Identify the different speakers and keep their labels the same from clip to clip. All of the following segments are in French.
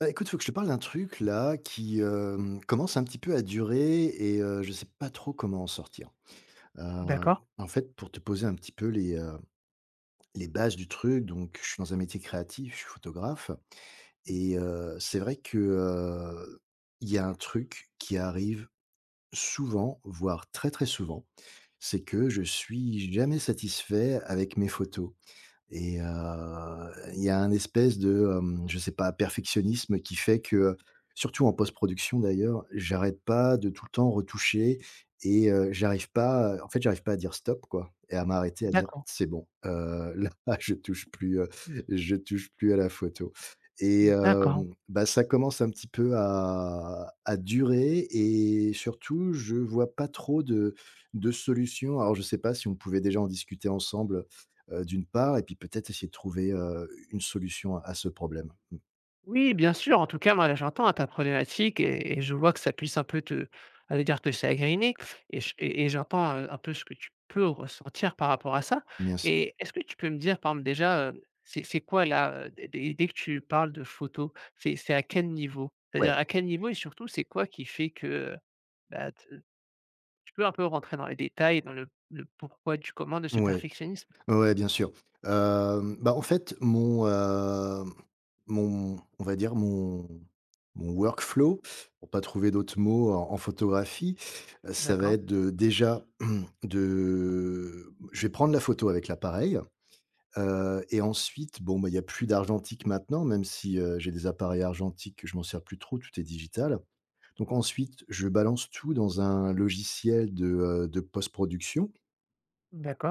Speaker 1: Écoute, faut que je te parle d'un truc là qui, commence un petit peu à durer et je sais pas trop comment en sortir. Heu,
Speaker 2: D'accord.
Speaker 1: en fait, pour te poser un petit peu les bases du truc, donc je suis dans un métier créatif, je suis photographe
Speaker 2: Mmh.
Speaker 1: et c'est vrai que, il y a un truc qui arrive souvent, voire très, très souvent, c'est que je suis jamais satisfait avec mes photos. Et il y a un espèce de, je sais pas, perfectionnisme qui fait que, surtout en post-production d'ailleurs, j'arrête pas de tout le temps retoucher et j'arrive pas, en fait, j'arrive pas à dire stop quoi et à m'arrêter à dire:
Speaker 2: D'accord,
Speaker 1: «C'est bon, là je touche plus à la photo» et
Speaker 2: d'accord.
Speaker 1: ça commence un petit peu à durer et surtout je vois pas trop de solutions. Alors je sais pas si on pouvait déjà en discuter ensemble? D'une part et puis peut-être essayer de trouver, une solution à ce problème.
Speaker 2: Oui, bien sûr. En tout cas, moi, là, j'entends, hein, ta problématique et je vois que ça puisse un peu te allais dire te chagriner et ch et j'entends, un peu ce que tu peux ressentir par rapport à ça
Speaker 1: Bien sûr.
Speaker 2: et est-ce que tu peux me dire, par exemple, déjà, c'est quoi là, dès que tu parles de photos, c'est à quel niveau?
Speaker 1: Ouais,
Speaker 2: C'est-à-dire à quel niveau et surtout, c'est quoi qui fait que, bah, tu peux un peu rentrer dans les détails, dans le pourquoi du comment de ce
Speaker 1: ouais,
Speaker 2: perfectionnisme?
Speaker 1: ouais, bien sûr. Bah, en fait, mon, hem, mon on va dire mon mon workflow, pour pas trouver d'autres mots en photographie, ça va
Speaker 2: D'accord.
Speaker 1: être de déjà de je vais prendre la photo avec l'appareil, et ensuite, bon, bah, il y a plus d'argentique maintenant, même si, j'ai des appareils argentiques, je m'en sers plus trop, tout est digital. Donc ensuite, je balance tout dans un logiciel de post-production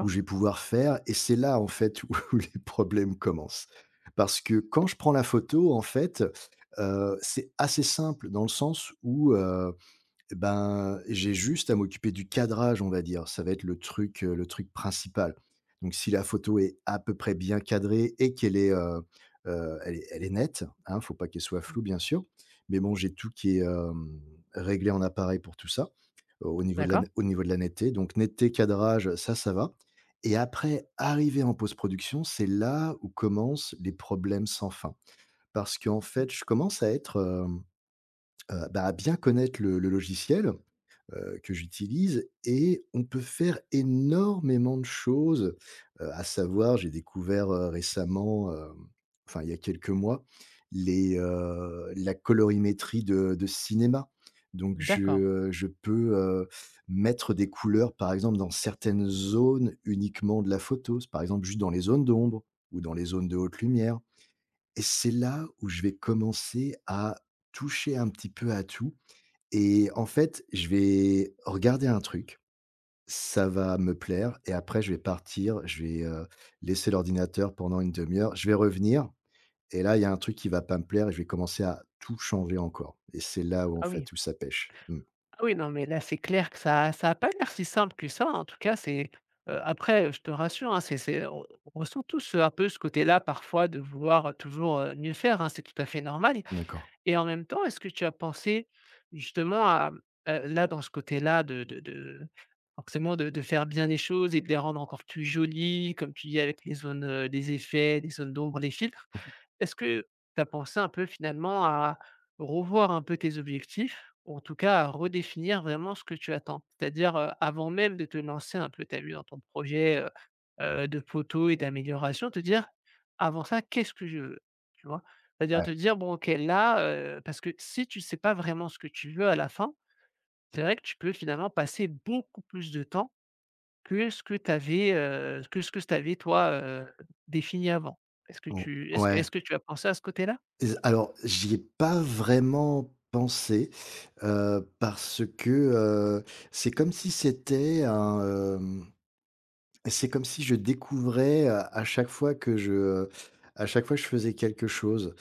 Speaker 1: où je vais pouvoir faire, et c'est là, en fait, où les problèmes commencent. Parce que quand je prends la photo, en fait, c'est assez simple dans le sens où, eh Ben, j'ai juste à m'occuper du cadrage, on va dire. Ça va être le truc principal. Donc si la photo est à peu près bien cadrée et qu'elle est, elle est elle est nette, hein, faut pas qu'elle soit floue, bien sûr. Mais bon, j'ai tout qui est, réglé en appareil pour tout ça, au niveau de la
Speaker 2: d'accord,
Speaker 1: au niveau de la netteté. Donc netteté, cadrage, ça va. Et après, arrivé en post-production, c'est là où commencent les problèmes sans fin. Parce qu'en
Speaker 2: mmh,
Speaker 1: fait, je commence à être, à bien connaître le logiciel que j'utilise et on peut faire énormément de choses, à savoir j'ai découvert, récemment, enfin il y a quelques mois, la colorimétrie de cinéma. Donc
Speaker 2: d'accord.
Speaker 1: je, je peux, mettre des couleurs, par exemple, dans certaines zones uniquement de la photo, par exemple, juste dans les zones d'ombre ou dans les zones de haute lumière et c'est là où je vais commencer à toucher un petit peu à tout et en fait, je vais regarder un truc, ça va me plaire et après je vais partir, je vais, laisser l'ordinateur pendant une demi heure, je vais revenir et là, il y a un truc qui va pas me plaire et je vais commencer à tout changer encore et c'est là où, en
Speaker 2: Ah
Speaker 1: fait,
Speaker 2: oui.
Speaker 1: tout ça pèche. Mmh.
Speaker 2: Ah oui, non, mais là, c'est clair que ça a pas l'air si simple que ça. En tout cas, c'est, après, je te rassure, hein, c'est on ressent tous, un peu ce côté-là parfois de vouloir toujours, mieux faire, hein, c'est tout à fait normal
Speaker 1: D'accord.
Speaker 2: et en même temps, est-ce que tu as pensé justement à, mmh, là, dans ce côté-là de forcément de faire bien les choses et de les rendre encore plus jolies, comme tu dis, avec les zones, des effets, des zones d'ombre, des filtres. Est-ce que tu as pensé un peu finalement à revoir un peu tes objectifs ou en tout cas à redéfinir vraiment ce que tu attends? C'est-à-dire, avant même de te lancer un peu, tu as vu dans ton projet, de poteau et d'amélioration, te dire: «Avant ça, qu'est-ce que je veux?» Tu vois? C'est-à-dire
Speaker 1: Ouais.
Speaker 2: te dire: «Bon OK, là,» parce que si tu ne sais pas vraiment ce que tu veux à la fin, c'est vrai que tu peux finalement passer beaucoup plus de temps que ce que tu avais, que ce que tu avais toi, défini avant. Est-ce que
Speaker 1: O
Speaker 2: tu est-ce que
Speaker 1: Ouais.
Speaker 2: est-ce que tu as pensé à ce côté-là?
Speaker 1: Et alors, j'y ai pas vraiment pensé, parce que, c'est comme si c'était un, c'est comme si je découvrais, à chaque fois que je, à chaque fois que je faisais quelque chose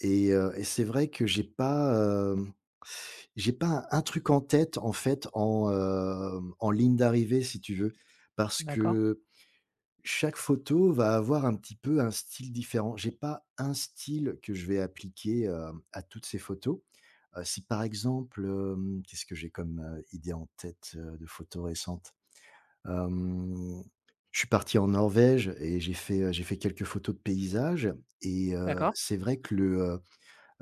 Speaker 1: et c'est vrai que j'ai pas, j'ai pas un truc en tête, en fait, en, en ligne d'arrivée, si tu veux. Parce
Speaker 2: D'accord,
Speaker 1: que chaque photo va avoir un petit peu un style différent. J'ai pas un style que je vais appliquer, à toutes ces photos. Si par exemple, qu'est-ce que j'ai comme, idée en tête, de photos récentes? Hem, je suis parti en Norvège et j'ai fait quelques photos de paysages et
Speaker 2: d'accord,
Speaker 1: c'est vrai que le, heu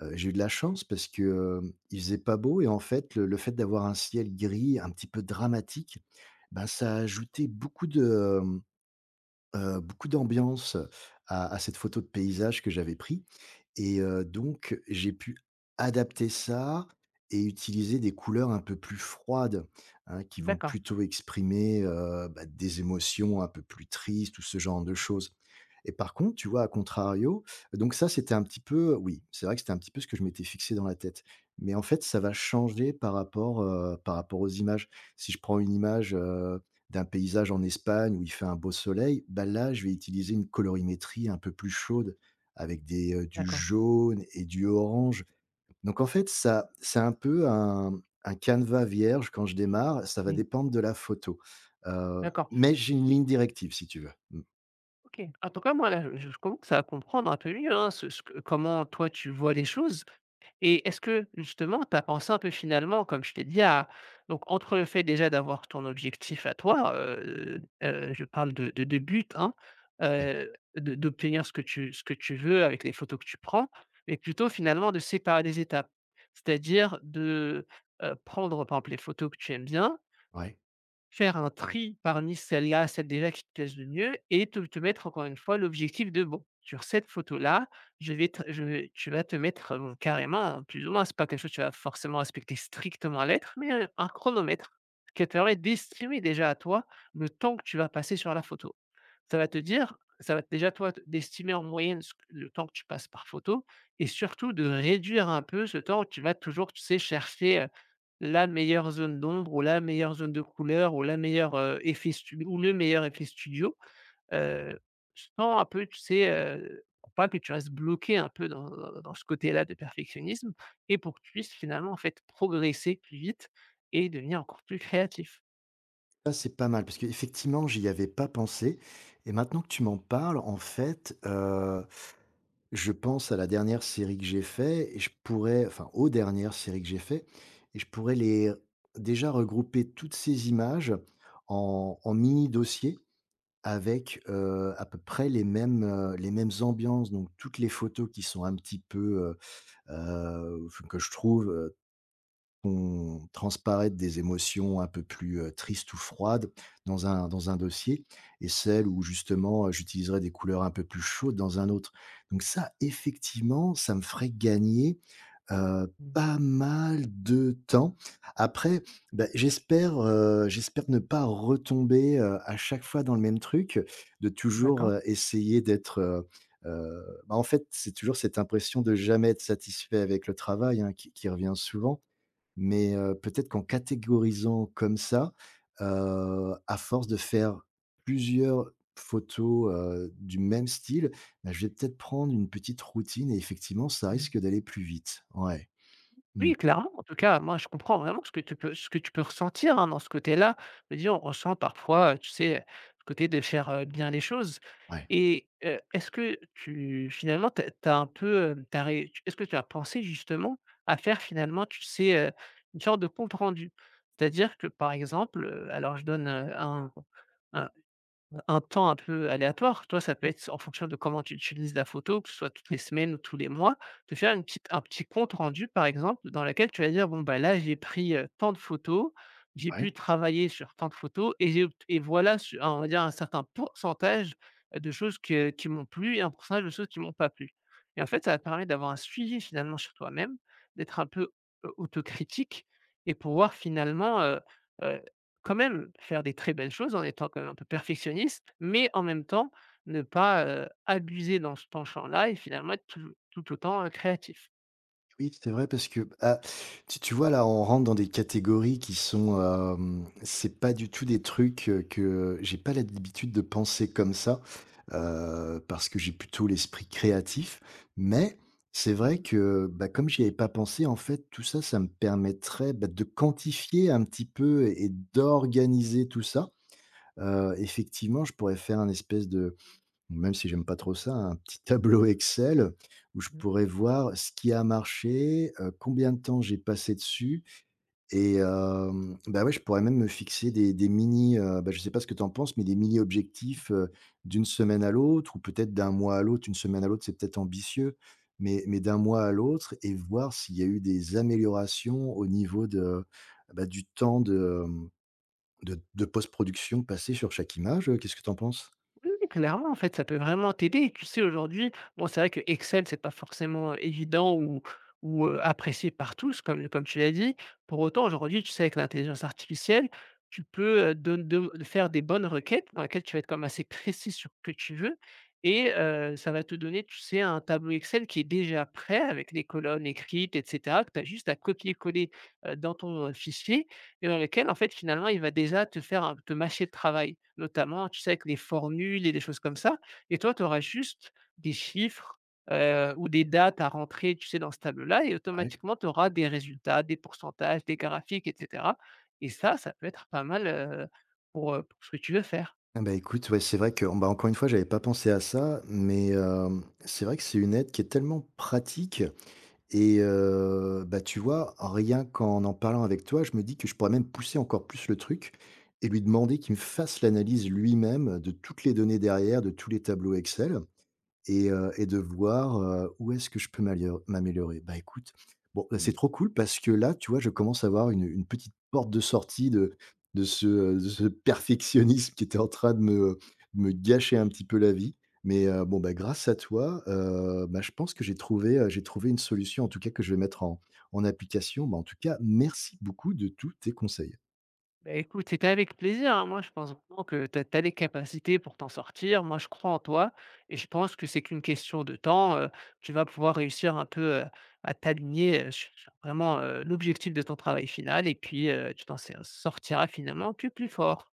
Speaker 1: heu, j'ai eu de la chance parce que, il faisait pas beau et en fait, le fait d'avoir un ciel gris un petit peu dramatique, ben ça a ajouté beaucoup de, beaucoup d'ambiance à cette photo de paysage que j'avais prise. Et donc j'ai pu adapter ça et utiliser des couleurs un peu plus froides, hein, qui vont
Speaker 2: d'accord,
Speaker 1: plutôt exprimer, des émotions un peu plus tristes ou ce genre de choses et par contre, tu vois, à contrario, donc ça, c'était un petit peu, oui, c'est vrai que c'était un petit peu ce que je m'étais fixé dans la tête. Mais en fait, ça va changer par rapport aux images. Si je prends une image, d'un paysage en Espagne où il fait un beau soleil, bah, là, je vais utiliser une colorimétrie un peu plus chaude avec des, du
Speaker 2: d'accord,
Speaker 1: jaune et du orange. Donc en fait, ça c'est un peu un canevas vierge quand je démarre, ça va
Speaker 2: oui,
Speaker 1: dépendre de la photo.
Speaker 2: d'accord
Speaker 1: Mais j'ai une
Speaker 2: et
Speaker 1: ligne directive si tu veux. Mmh,
Speaker 2: OK. En tout cas, moi, là, je commence à comprendre un peu mieux, hein, ce que comment toi tu vois les choses. Et est-ce que justement, tu as pensé un peu finalement, comme je t'ai dit, à donc entre le fait déjà d'avoir ton objectif à toi, je parle de but, hein,
Speaker 1: oui,
Speaker 2: de d'obtenir ce que tu veux avec les photos que tu prends, mais plutôt finalement de séparer les étapes. C'est-à-dire de, prendre, par exemple, les photos que tu aimes bien.
Speaker 1: ouais.
Speaker 2: Faire un tri parmi celles-là, celles déjà qui te plaisent le mieux et te mettre encore une fois l'objectif de: «Bon, sur cette photo-là, je vais» tu vas te mettre, carrément, hein, plus ou moins, c'est pas quelque chose que tu vas forcément respecter strictement à la lettre, mais, un chronomètre qui te permet d'estimer déjà à toi le temps que tu vas passer sur la photo. Ça va déjà toi t d'estimer en moyenne ce q le temps que tu passes par photo et surtout de réduire un peu ce temps où tu vas toujours, tu sais, chercher, la meilleure zone d'ombre ou la meilleure zone de couleur ou la meilleure, effet stu ou le meilleur effet studio, heu, sans un peu, tu sais, pour pas que tu restes bloqué un peu dans ce côté-là de perfectionnisme et pour que tu puisses finalement, en fait, progresser plus vite et devenir encore plus créatif.
Speaker 1: Ça, c'est pas mal parce qu'effectivement, j'y avais pas pensé et maintenant que tu m'en parles, en fait, je pense à la dernière série que j'ai fait et je pourrais, enfin, aux dernières séries que j'ai fait et je pourrais les déjà regrouper toutes ces images en mini dossier, avec, à peu près les mêmes ambiances, donc toutes les photos qui sont un petit peu, enfin que je trouve, font transparaître des émotions un peu plus, tristes ou froides dans un dossier et celles où justement, j'utiliserai des couleurs un peu plus chaudes dans un autre. Donc ça, effectivement, ça me ferait gagner,
Speaker 2: Mmh,
Speaker 1: pas mal de temps. Après, bah, j'espère, j'espère ne pas retomber, à chaque fois dans le même truc, de toujours,
Speaker 2: d'accord.
Speaker 1: essayer d'être, en fait, c'est toujours cette impression de jamais être satisfait avec le travail, hein, qui revient souvent mais peut-être qu'en catégorisant comme ça, à force de faire plusieurs photos, du même style, bah, je vais peut-être prendre une petite routine et effectivement, ça
Speaker 2: Mmh.
Speaker 1: risque d'aller plus vite. Ouais. Mmh.
Speaker 2: Oui, clairement. En tout cas, moi, je comprends vraiment ce que tu peux ressentir, hein, dans ce côté-là. Je veux dire, on ressent parfois, tu sais, ce côté de faire, bien les choses
Speaker 1: Ouais.
Speaker 2: et est-ce que tu finalement, tu as un peu, tu ré est-ce que tu as pensé justement à faire finalement, tu sais, une sorte de compte rendu? C'est-à-dire que, par exemple, alors je donne, un un temps un peu aléatoire, toi, ça peut être en fonction de comment tu utilises la photo, que ce soit toutes les semaines ou tous les mois, te faire une petite un petit compte rendu, par exemple, dans lequel tu vas dire: «Bon, bah, là, j'ai pris, tant de photos, j'ai pu
Speaker 1: Ouais.
Speaker 2: travailler sur tant de photos et j'ai obt et voilà su on va dire un certain pourcentage, de choses que qui m'ont plu et un pourcentage de choses qui m'ont pas plu» et en fait, ça va te permettre d'avoir un suivi finalement sur toi-même, d'être un peu, autocritique et pouvoir finalement, quand même faire des très belles choses en étant quand même un peu perfectionniste, mais en même temps, ne pas, abuser dans ce penchant-là et finalement être tout tout autant, créatif.
Speaker 1: Oui, c'est vrai parce que, ah, tu vois, là, on rentre dans des catégories qui sont, c'est pas du tout des trucs, que j'ai pas l'habitude de penser comme ça, parce que j'ai plutôt l'esprit créatif. Mais c'est vrai
Speaker 2: Mmh.
Speaker 1: que, bah, comme j'y avais pas pensé, en fait, tout ça, ça me permettrait, bah, de quantifier un petit peu et d'organiser tout ça. Effectivement, je pourrais faire un espèce de, même si j'aime pas trop ça, un petit tableau Excel où je pourrais voir ce qui a marché, combien de temps j'ai passé dessus et ouais, je pourrais même me fixer des mini, je sais pas ce que tu en penses, mais des mini objectifs, d'une semaine à l'autre ou peut-être d'un mois à l'autre. Une semaine à l'autre, c'est peut-être ambitieux, mais d'un mois à l'autre et voir s'il y a eu des améliorations au niveau de, bah, du temps de, de post-production passé sur chaque image, qu'est-ce que tu en penses?
Speaker 2: Oui, oui, clairement, en fait, ça peut vraiment t'aider. Et tu sais, aujourd'hui, bon, c'est vrai que Excel, c'est pas forcément évident ou apprécié par tous, comme, comme tu l'as dit. Pour autant, aujourd'hui, tu sais, avec l'intelligence artificielle, tu peux faire des bonnes requêtes dans lesquelles tu vas être comme assez précis sur ce que tu veux. Et ça va te donner, tu sais, un tableau Excel qui est déjà prêt avec les colonnes écrites, etc., que tu as juste à copier-coller dans ton fichier et dans lequel, en fait, finalement, il va déjà te faire un te mâcher le travail, notamment, tu sais, avec les formules et des choses comme ça et toi, tu auras juste des chiffres, ou des dates à rentrer, tu sais, dans ce tableau-là et automatiquement, tu auras des résultats, des pourcentages, des graphiques etc. et ça peut être pas mal, pour ce que tu veux faire.
Speaker 1: Ah bah, écoute, ouais, c'est vrai que, bah, encore une fois, j'avais pas pensé à ça, mais c'est vrai que c'est une aide qui est tellement pratique et tu vois, rien qu'en en parlant avec toi, je me dis que je pourrais même pousser encore plus le truc et lui demander qu'il me fasse l'analyse lui-même de toutes les données derrière, de tous les tableaux Excel et de voir, où est-ce que je peux m'améliorer. Bah, écoute, bon, là, c'est trop cool parce que là, tu vois, je commence à avoir une petite porte de sortie de ce perfectionnisme qui était en train de me gâcher un petit peu la vie. Mais, grâce à toi, je pense que j'ai trouvé une solution en tout cas que je vais mettre en application. Bah, en tout cas, merci beaucoup de tous tes conseils.
Speaker 2: Bah, écoute, c'était avec plaisir, hein. Moi, je pense vraiment que tu as les capacités pour t'en sortir. Moi, je crois en toi et je pense que c'est qu'une question de temps, tu vas pouvoir réussir un peu, à t'aligner, sur vraiment, l'objectif de ton travail final et puis, tu t'en sé sortiras finalement que plus fort.